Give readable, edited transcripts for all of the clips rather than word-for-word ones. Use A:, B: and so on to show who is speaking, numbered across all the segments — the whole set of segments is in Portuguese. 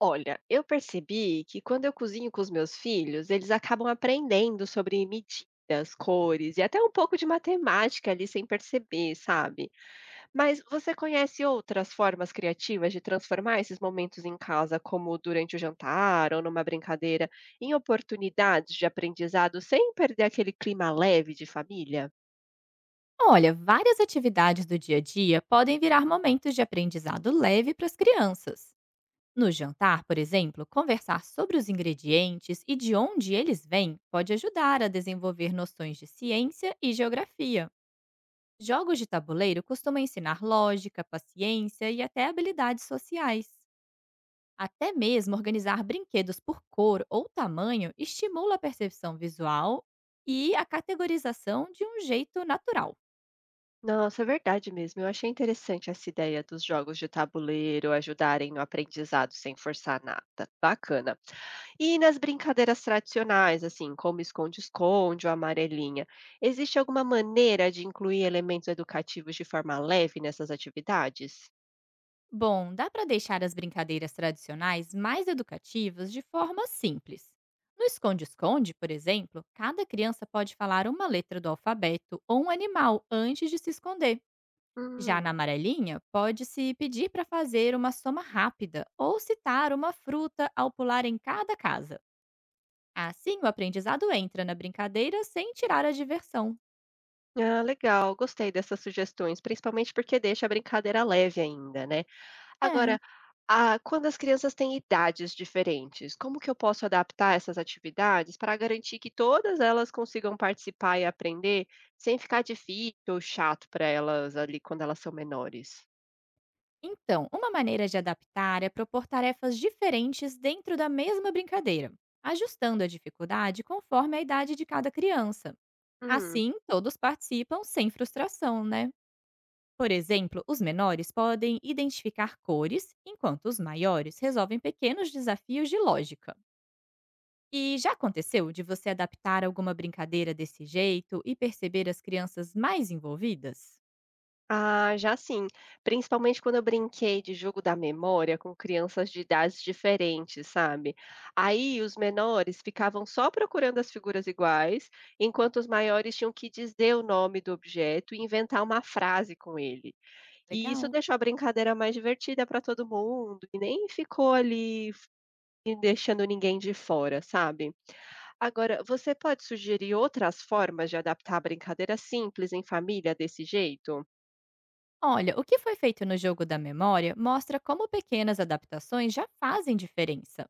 A: Olha, eu percebi que quando eu cozinho com os meus filhos, eles acabam aprendendo sobre medidas, cores e até um pouco de matemática ali sem perceber, sabe? Mas você conhece outras formas criativas de transformar esses momentos em casa, como durante o jantar ou numa brincadeira, em oportunidades de aprendizado sem perder aquele clima leve de família?
B: Olha, várias atividades do dia a dia podem virar momentos de aprendizado leve para as crianças. No jantar, por exemplo, conversar sobre os ingredientes e de onde eles vêm pode ajudar a desenvolver noções de ciência e geografia. Jogos de tabuleiro costumam ensinar lógica, paciência e até habilidades sociais. Até mesmo organizar brinquedos por cor ou tamanho estimula a percepção visual e a categorização de um jeito natural.
A: Nossa, é verdade mesmo. Eu achei interessante essa ideia dos jogos de tabuleiro ajudarem no aprendizado sem forçar nada. Bacana. E nas brincadeiras tradicionais, assim, como esconde-esconde ou amarelinha, existe alguma maneira de incluir elementos educativos de forma leve nessas atividades?
B: Bom, dá para deixar as brincadeiras tradicionais mais educativas de forma simples. No esconde-esconde, por exemplo, cada criança pode falar uma letra do alfabeto ou um animal antes de se esconder. Já
A: Hum,
B: na amarelinha, pode-se pedir para fazer uma soma rápida ou citar uma fruta ao pular em cada casa. Assim, o aprendizado entra na brincadeira sem tirar a diversão.
A: ah, legal, gostei dessas sugestões, principalmente porque deixa a brincadeira leve ainda, né?
B: É.
A: Agora, quando as crianças têm idades diferentes, como que eu posso adaptar essas atividades para garantir que todas elas consigam participar e aprender sem ficar difícil ou chato para elas ali quando elas são menores?
B: Então, uma maneira de adaptar é propor tarefas diferentes dentro da mesma brincadeira, ajustando a dificuldade conforme a idade de cada criança.
A: Hum.
B: Assim, todos participam sem frustração, né? Por exemplo, os menores podem identificar cores, enquanto os maiores resolvem pequenos desafios de lógica. E já aconteceu de você adaptar alguma brincadeira desse jeito e perceber as crianças mais envolvidas?
A: Ah, já sim. Principalmente quando eu brinquei de jogo da memória com crianças de idades diferentes, sabe? Aí os menores ficavam só procurando as figuras iguais, enquanto os maiores tinham que dizer o nome do objeto e inventar uma frase com ele. E isso
B: Legal!
A: deixou a brincadeira mais divertida para todo mundo e nem ficou ali e deixando ninguém de fora, sabe? Agora, você pode sugerir outras formas de adaptar a brincadeira simples em família desse jeito?
B: Olha, o que foi feito no jogo da memória mostra como pequenas adaptações já fazem diferença.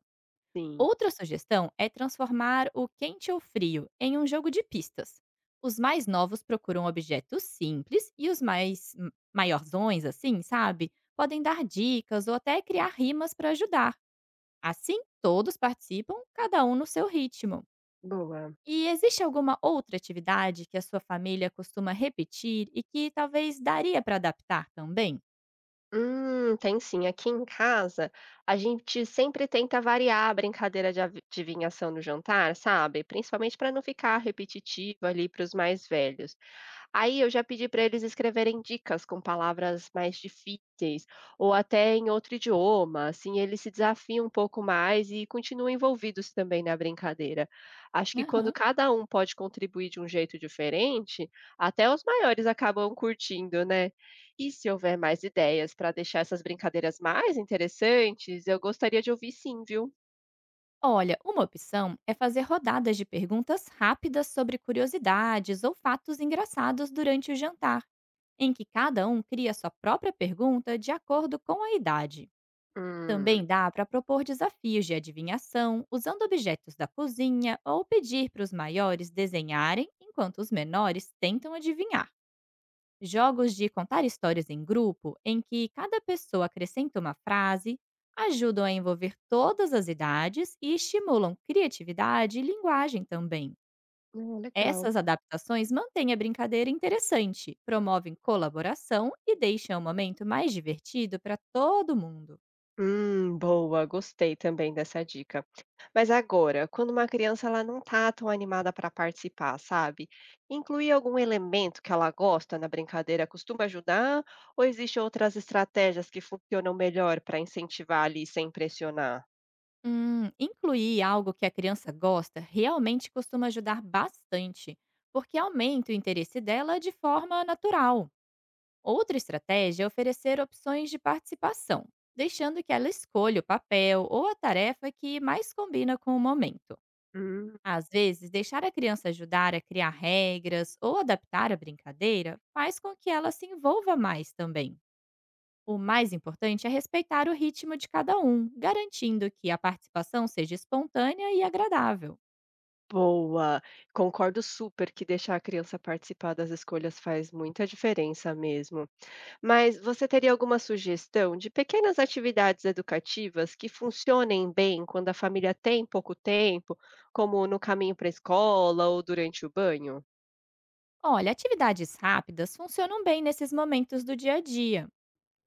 A: Sim.
B: Outra sugestão é transformar o quente ou frio em um jogo de pistas. Os mais novos procuram objetos simples e os mais maiorzões, assim, sabe? Podem dar dicas ou até criar rimas para ajudar. Assim, todos participam, cada um no seu ritmo.
A: Boa.
B: E existe alguma outra atividade que a sua família costuma repetir e que talvez daria para adaptar também?
A: Tem sim. Aqui em casa, a gente sempre tenta variar a brincadeira de adivinhação no jantar, sabe? Principalmente para não ficar repetitivo ali para os mais velhos. Aí eu já pedi para eles escreverem dicas com palavras mais difíceis, ou até em outro idioma, assim eles se desafiam um pouco mais e continuam envolvidos também na brincadeira. Acho que quando
B: Aham.
A: cada um pode contribuir de um jeito diferente, até os maiores acabam curtindo, né? E se houver mais ideias para deixar essas brincadeiras mais interessantes, eu gostaria de ouvir sim, viu?
B: Olha, uma opção é fazer rodadas de perguntas rápidas sobre curiosidades ou fatos engraçados durante o jantar, em que cada um cria sua própria pergunta de acordo com a idade.
A: Hum,
B: Também dá para propor desafios de adivinhação usando objetos da cozinha ou pedir para os maiores desenharem enquanto os menores tentam adivinhar. Jogos de contar histórias em grupo, em que cada pessoa acrescenta uma frase, ajudam a envolver todas as idades e estimulam criatividade e linguagem também.
A: ah, legal.
B: Essas adaptações mantêm a brincadeira interessante, promovem colaboração e deixam o momento mais divertido para todo mundo.
A: Boa, gostei também dessa dica. Mas agora, quando uma criança ela não tá tão animada para participar, sabe? Incluir algum elemento que ela gosta na brincadeira costuma ajudar? Ou existem outras estratégias que funcionam melhor para incentivar ali sem pressionar?
B: Incluir algo que a criança gosta realmente costuma ajudar bastante, porque aumenta o interesse dela de forma natural. Outra estratégia é oferecer opções de participação, deixando que ela escolha o papel ou a tarefa que mais combina com o momento.
A: Hum,
B: Às vezes, deixar a criança ajudar a criar regras ou adaptar a brincadeira faz com que ela se envolva mais também. O mais importante é respeitar o ritmo de cada um, garantindo que a participação seja espontânea e agradável.
A: boa. Concordo super que deixar a criança participar das escolhas faz muita diferença mesmo. Mas você teria alguma sugestão de pequenas atividades educativas que funcionem bem quando a família tem pouco tempo, como no caminho para a escola ou durante o banho?
B: Olha, atividades rápidas funcionam bem nesses momentos do dia a dia.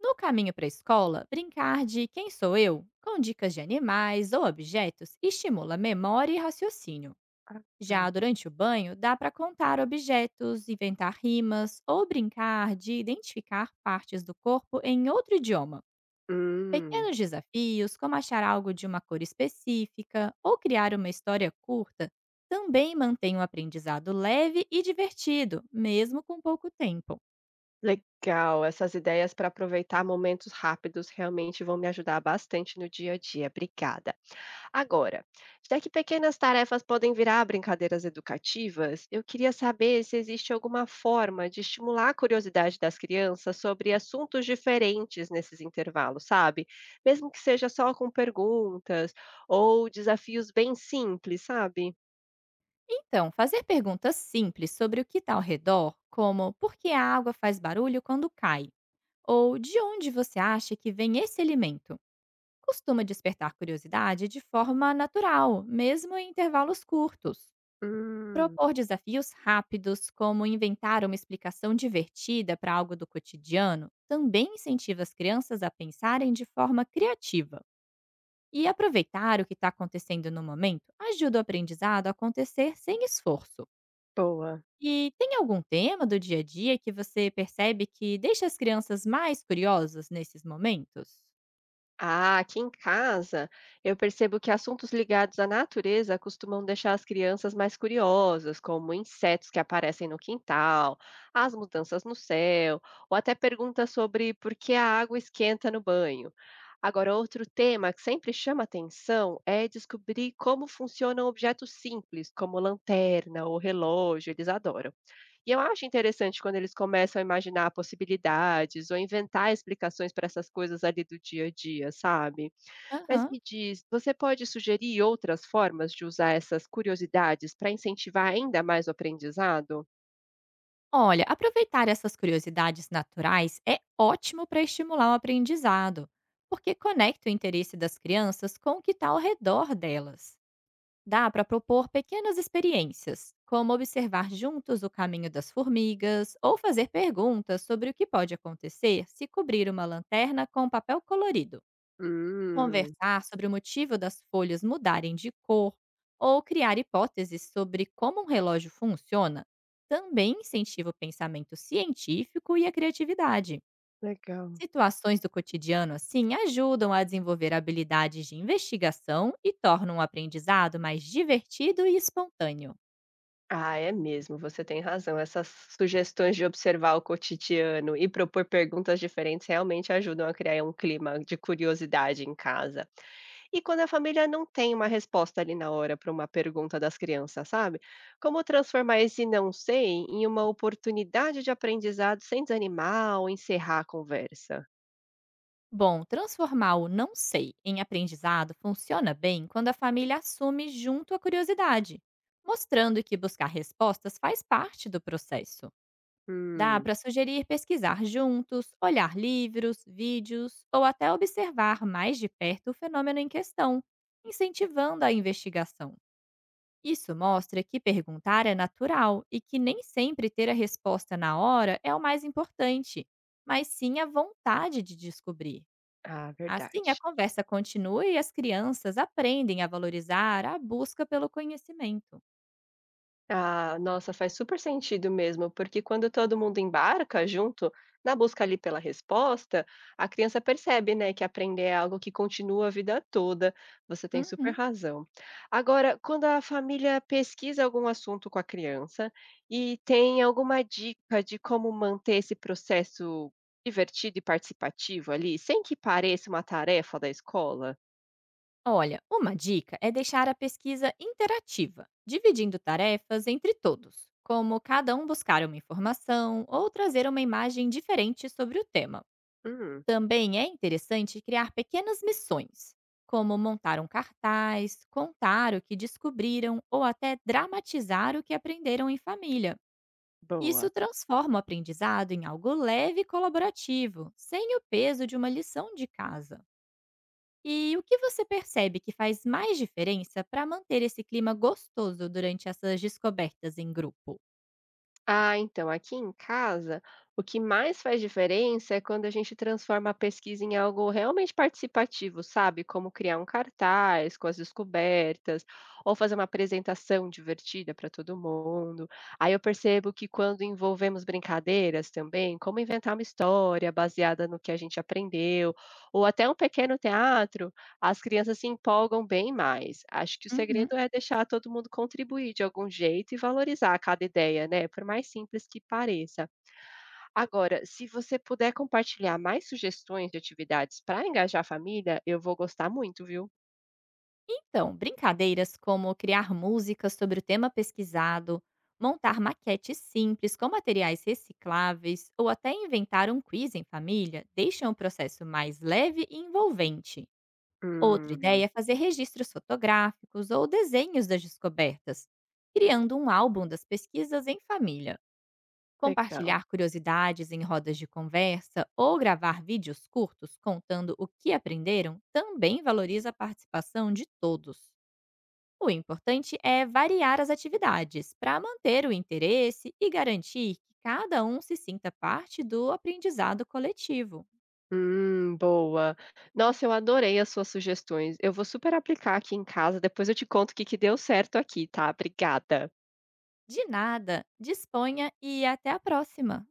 B: No caminho para a escola, brincar de Quem Sou Eu, com dicas de animais ou objetos, estimula memória e raciocínio.
A: Ah, legal.
B: Já durante o banho, dá para contar objetos, inventar rimas ou brincar de identificar partes do corpo em outro idioma.
A: Hum,
B: Pequenos desafios, como achar algo de uma cor específica ou criar uma história curta, também mantêm o aprendizado leve e divertido, mesmo com pouco tempo.
A: legal. Essas ideias para aproveitar momentos rápidos realmente vão me ajudar bastante no dia a dia. Obrigada. Agora, já que pequenas tarefas podem virar brincadeiras educativas, eu queria saber se existe alguma forma de estimular a curiosidade das crianças sobre assuntos diferentes nesses intervalos, sabe? Mesmo que seja só com perguntas ou desafios bem simples, sabe?
B: Então, fazer perguntas simples sobre o que está ao redor, como por que a água faz barulho quando cai? Ou de onde você acha que vem esse alimento? Costuma despertar curiosidade de forma natural, mesmo em intervalos curtos.
A: Hum,
B: Propor desafios rápidos, como inventar uma explicação divertida para algo do cotidiano, também incentiva as crianças a pensarem de forma criativa. E aproveitar o que está acontecendo no momento ajuda o aprendizado a acontecer sem esforço.
A: boa.
B: E tem algum tema do dia a dia que você percebe que deixa as crianças mais curiosas nesses momentos?
A: Ah, aqui em casa, eu percebo que assuntos ligados à natureza costumam deixar as crianças mais curiosas, como insetos que aparecem no quintal, as mudanças no céu, ou até perguntas sobre por que a água esquenta no banho. Agora, outro tema que sempre chama atenção é descobrir como funcionam objetos simples, como lanterna ou relógio, eles adoram. E eu acho interessante quando eles começam a imaginar possibilidades ou inventar explicações para essas coisas ali do dia a dia, sabe. Mas
B: Aham.
A: me diz, você pode sugerir outras formas de usar essas curiosidades para incentivar ainda mais o aprendizado?
B: Olha, aproveitar essas curiosidades naturais é ótimo para estimular o aprendizado, porque conecta o interesse das crianças com o que está ao redor delas. Dá para propor pequenas experiências, como observar juntos o caminho das formigas ou fazer perguntas sobre o que pode acontecer se cobrir uma lanterna com papel colorido.
A: Hum,
B: Conversar sobre o motivo das folhas mudarem de cor ou criar hipóteses sobre como um relógio funciona também incentiva o pensamento científico e a criatividade.
A: legal.
B: Situações do cotidiano, assim, ajudam a desenvolver habilidades de investigação e tornam o aprendizado mais divertido e espontâneo.
A: Ah, é mesmo, você tem razão. Essas sugestões de observar o cotidiano e propor perguntas diferentes realmente ajudam a criar um clima de curiosidade em casa. E quando a família não tem uma resposta ali na hora para uma pergunta das crianças, sabe? Como transformar esse não sei em uma oportunidade de aprendizado sem desanimar ou encerrar a conversa?
B: Bom, transformar o não sei em aprendizado funciona bem quando a família assume junto a curiosidade, mostrando que buscar respostas faz parte do processo. Dá
A: Hum,
B: para sugerir pesquisar juntos, olhar livros, vídeos ou até observar mais de perto o fenômeno em questão, incentivando a investigação. Isso mostra que perguntar é natural e que nem sempre ter a resposta na hora é o mais importante, mas sim a vontade de descobrir.
A: ah,
B: Assim, a
A: verdade.
B: conversa continua e as crianças aprendem a valorizar a busca pelo conhecimento.
A: Ah, nossa, faz super sentido mesmo, porque quando todo mundo embarca junto na busca ali pela resposta, a criança percebe, né, que aprender é algo que continua a vida toda. Você tem super
B: Uhum.
A: razão. Agora, quando a família pesquisa algum assunto com a criança e tem alguma dica de como manter esse processo divertido e participativo ali, sem que pareça uma tarefa da escola?
B: Olha, uma dica é deixar a pesquisa interativa, dividindo tarefas entre todos, como cada um buscar uma informação ou trazer uma imagem diferente sobre o tema.
A: Hum,
B: Também é interessante criar pequenas missões, como montar um cartaz, contar o que descobriram ou até dramatizar o que aprenderam em família.
A: boa.
B: Isso transforma o aprendizado em algo leve e colaborativo, sem o peso de uma lição de casa. E o que você percebe que faz mais diferença para manter esse clima gostoso durante essas descobertas em grupo?
A: Ah, então, aqui em casa, o que mais faz diferença é quando a gente transforma a pesquisa em algo realmente participativo, sabe? Como criar um cartaz com as descobertas, ou fazer uma apresentação divertida para todo mundo. Aí eu percebo que quando envolvemos brincadeiras também, como inventar uma história baseada no que a gente aprendeu, ou até um pequeno teatro. As crianças se empolgam bem mais. Acho que o
B: Uhum.
A: segredo é deixar todo mundo contribuir de algum jeito e valorizar cada ideia, né? Por mais simples que pareça. Agora, se você puder compartilhar mais sugestões de atividades para engajar a família, eu vou gostar muito, viu?
B: Então, brincadeiras como criar músicas sobre o tema pesquisado, montar maquetes simples com materiais recicláveis ou até inventar um quiz em família deixam o processo mais leve e envolvente. Outra
A: Hum,
B: ideia é fazer registros fotográficos ou desenhos das descobertas, criando um álbum das pesquisas em família.
A: legal.
B: Compartilhar curiosidades em rodas de conversa ou gravar vídeos curtos contando o que aprenderam também valoriza a participação de todos. O importante é variar as atividades para manter o interesse e garantir que cada um se sinta parte do aprendizado coletivo.
A: Boa. Nossa, eu adorei as suas sugestões. Eu vou super aplicar aqui em casa. Depois eu te conto o que que deu certo aqui, tá? Obrigada.
B: De nada, disponha e até a próxima!